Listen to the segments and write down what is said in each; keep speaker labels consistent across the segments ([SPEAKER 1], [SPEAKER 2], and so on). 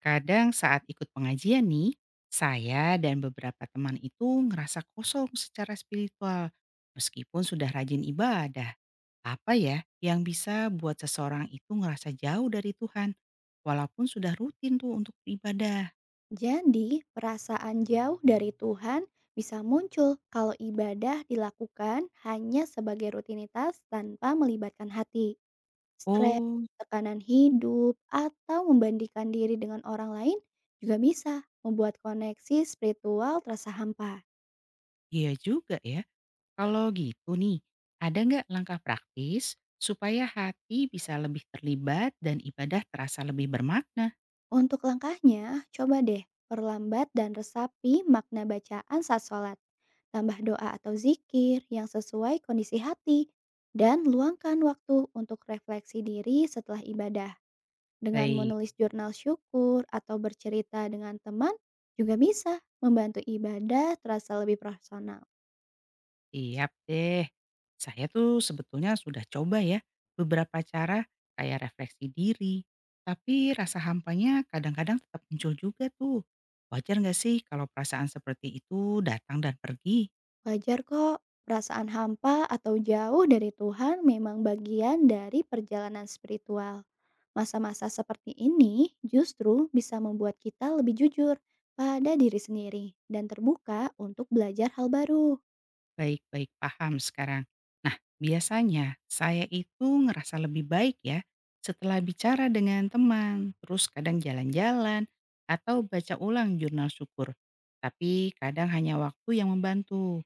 [SPEAKER 1] Kadang saat ikut pengajian nih, saya dan beberapa teman itu ngerasa kosong secara spiritual. Meskipun sudah rajin ibadah, apa ya yang bisa buat seseorang itu ngerasa jauh dari Tuhan? Walaupun sudah rutin tuh untuk beribadah.
[SPEAKER 2] Jadi, perasaan jauh dari Tuhan bisa muncul kalau ibadah dilakukan hanya sebagai rutinitas tanpa melibatkan hati. Stres,
[SPEAKER 1] Oh,
[SPEAKER 2] tekanan hidup, atau membandingkan diri dengan orang lain juga bisa membuat koneksi spiritual terasa hampa.
[SPEAKER 1] iya juga ya. Kalau gitu nih, ada nggak langkah praktis supaya hati bisa lebih terlibat dan ibadah terasa lebih bermakna?
[SPEAKER 2] Untuk langkahnya, coba deh perlambat dan resapi makna bacaan saat sholat. Tambah doa atau zikir yang sesuai kondisi hati. Dan luangkan waktu untuk refleksi diri setelah ibadah. Dengan
[SPEAKER 1] Baik.
[SPEAKER 2] menulis jurnal syukur atau bercerita dengan teman juga bisa membantu ibadah terasa lebih personal.
[SPEAKER 1] Siap deh. Saya tuh sebetulnya sudah coba ya beberapa cara kayak refleksi diri. Tapi rasa hampanya kadang-kadang tetap muncul juga tuh. Wajar nggak sih kalau perasaan seperti itu datang dan pergi?
[SPEAKER 2] Wajar kok, perasaan hampa atau jauh dari Tuhan memang bagian dari perjalanan spiritual. Masa-masa seperti ini justru bisa membuat kita lebih jujur pada diri sendiri dan terbuka untuk belajar hal baru.
[SPEAKER 1] Baik, baik, paham sekarang. Nah, biasanya saya itu ngerasa lebih baik ya setelah bicara dengan teman, terus kadang jalan-jalan atau baca ulang jurnal syukur. Tapi kadang hanya waktu yang membantu.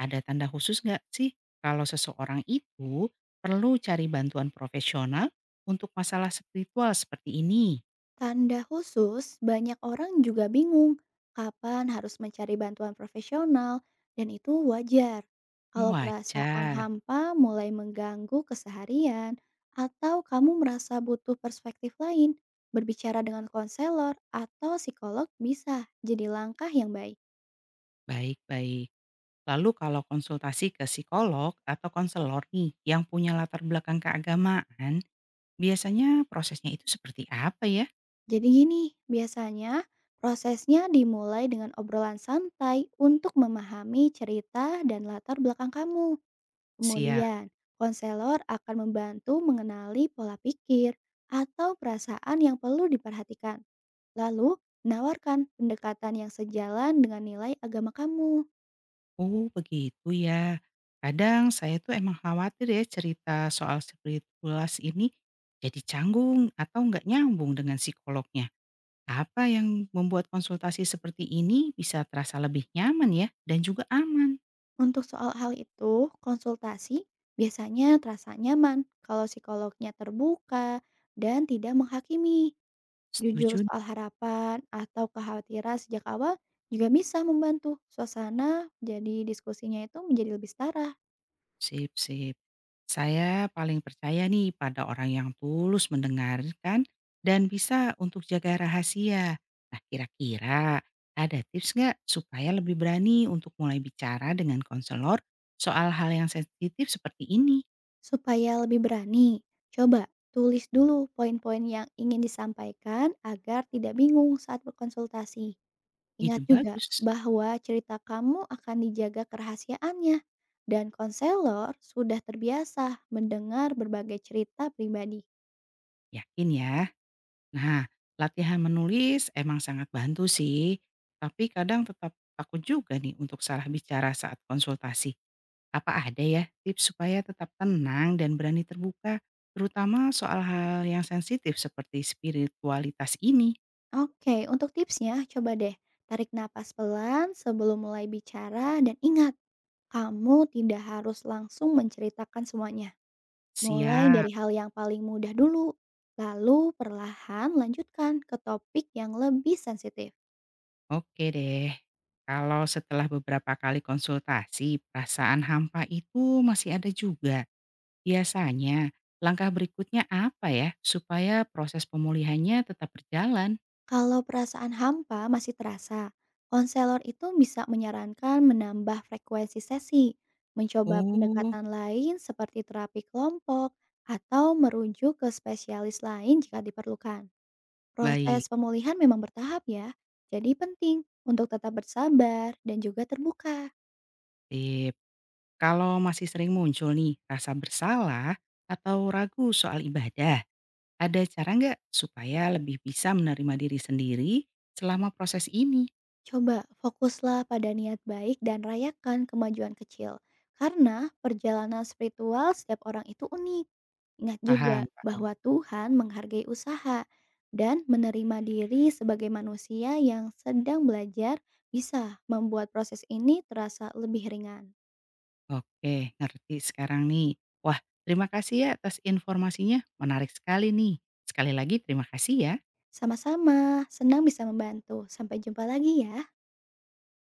[SPEAKER 1] Ada tanda khusus nggak sih kalau seseorang itu perlu cari bantuan profesional untuk masalah spiritual seperti ini?
[SPEAKER 2] Tanda khusus, banyak orang juga bingung kapan harus mencari bantuan profesional dan itu wajar. Kalau perasaan
[SPEAKER 1] Wajar,
[SPEAKER 2] hampa mulai mengganggu keseharian atau kamu merasa butuh perspektif lain, berbicara dengan konselor atau psikolog bisa jadi langkah yang baik.
[SPEAKER 1] baik-baik. Lalu kalau konsultasi ke psikolog atau konselor nih yang punya latar belakang keagamaan, biasanya prosesnya itu seperti apa ya?
[SPEAKER 2] Jadi gini, biasanya prosesnya dimulai dengan obrolan santai untuk memahami cerita dan latar belakang kamu.
[SPEAKER 1] Siap.
[SPEAKER 2] Kemudian, konselor akan membantu mengenali pola pikir atau perasaan yang perlu diperhatikan. Lalu, menawarkan pendekatan yang sejalan dengan nilai agama kamu.
[SPEAKER 1] Oh, begitu ya. Kadang saya tuh emang khawatir ya cerita soal spiritualitas ini jadi canggung atau nggak nyambung dengan psikolognya. Apa yang membuat konsultasi seperti ini bisa terasa lebih nyaman ya dan juga aman?
[SPEAKER 2] Untuk soal hal itu, konsultasi biasanya terasa nyaman kalau psikolognya terbuka dan tidak menghakimi. Jujur
[SPEAKER 1] Setuju.
[SPEAKER 2] soal harapan atau kekhawatiran sejak awal juga bisa membantu suasana jadi diskusinya itu menjadi lebih setara.
[SPEAKER 1] Sip, sip. Saya paling percaya nih pada orang yang tulus mendengarkan dan bisa untuk jaga rahasia. Nah, kira-kira ada tips nggak supaya lebih berani untuk mulai bicara dengan konselor soal hal yang sensitif seperti ini?
[SPEAKER 2] Supaya lebih berani, coba tulis dulu poin-poin yang ingin disampaikan agar tidak bingung saat berkonsultasi.
[SPEAKER 1] Ide
[SPEAKER 2] Ingat juga
[SPEAKER 1] bagus.
[SPEAKER 2] bahwa cerita kamu akan dijaga kerahasiaannya dan konselor sudah terbiasa mendengar berbagai cerita pribadi.
[SPEAKER 1] Yakin ya? Nah, latihan menulis emang sangat bantu sih. Tapi kadang tetap takut juga nih untuk salah bicara saat konsultasi. Apa ada ya tips supaya tetap tenang dan berani terbuka, terutama soal hal yang sensitif seperti spiritualitas ini?
[SPEAKER 2] Oke, untuk tipsnya coba deh tarik napas pelan sebelum mulai bicara dan ingat, kamu tidak harus langsung menceritakan semuanya. Mulai
[SPEAKER 1] Siap,
[SPEAKER 2] dari hal yang paling mudah dulu, lalu perlahan lanjutkan ke topik yang lebih sensitif.
[SPEAKER 1] oke deh. Kalau setelah beberapa kali konsultasi, perasaan hampa itu masih ada juga. Biasanya, langkah berikutnya apa ya supaya proses pemulihannya tetap berjalan?
[SPEAKER 2] Kalau perasaan hampa masih terasa, konselor itu bisa menyarankan menambah frekuensi sesi, mencoba
[SPEAKER 1] Oh,
[SPEAKER 2] pendekatan lain seperti terapi kelompok, atau merujuk ke spesialis lain jika diperlukan. Proses
[SPEAKER 1] baik.
[SPEAKER 2] pemulihan memang bertahap ya, jadi penting untuk tetap bersabar dan juga terbuka.
[SPEAKER 1] Sip. Kalau masih sering muncul nih rasa bersalah atau ragu soal ibadah, ada cara nggak supaya lebih bisa menerima diri sendiri selama proses ini?
[SPEAKER 2] Coba fokuslah pada niat baik dan rayakan kemajuan kecil. Karena perjalanan spiritual setiap orang itu unik. Ingat juga
[SPEAKER 1] Paham, paham.
[SPEAKER 2] bahwa Tuhan menghargai usaha dan menerima diri sebagai manusia yang sedang belajar bisa membuat proses ini terasa lebih ringan.
[SPEAKER 1] Oke, ngerti sekarang nih. Wah, terima kasih ya atas informasinya, menarik sekali nih. Sekali lagi terima kasih ya.
[SPEAKER 2] Sama-sama, senang bisa membantu. Sampai jumpa lagi ya.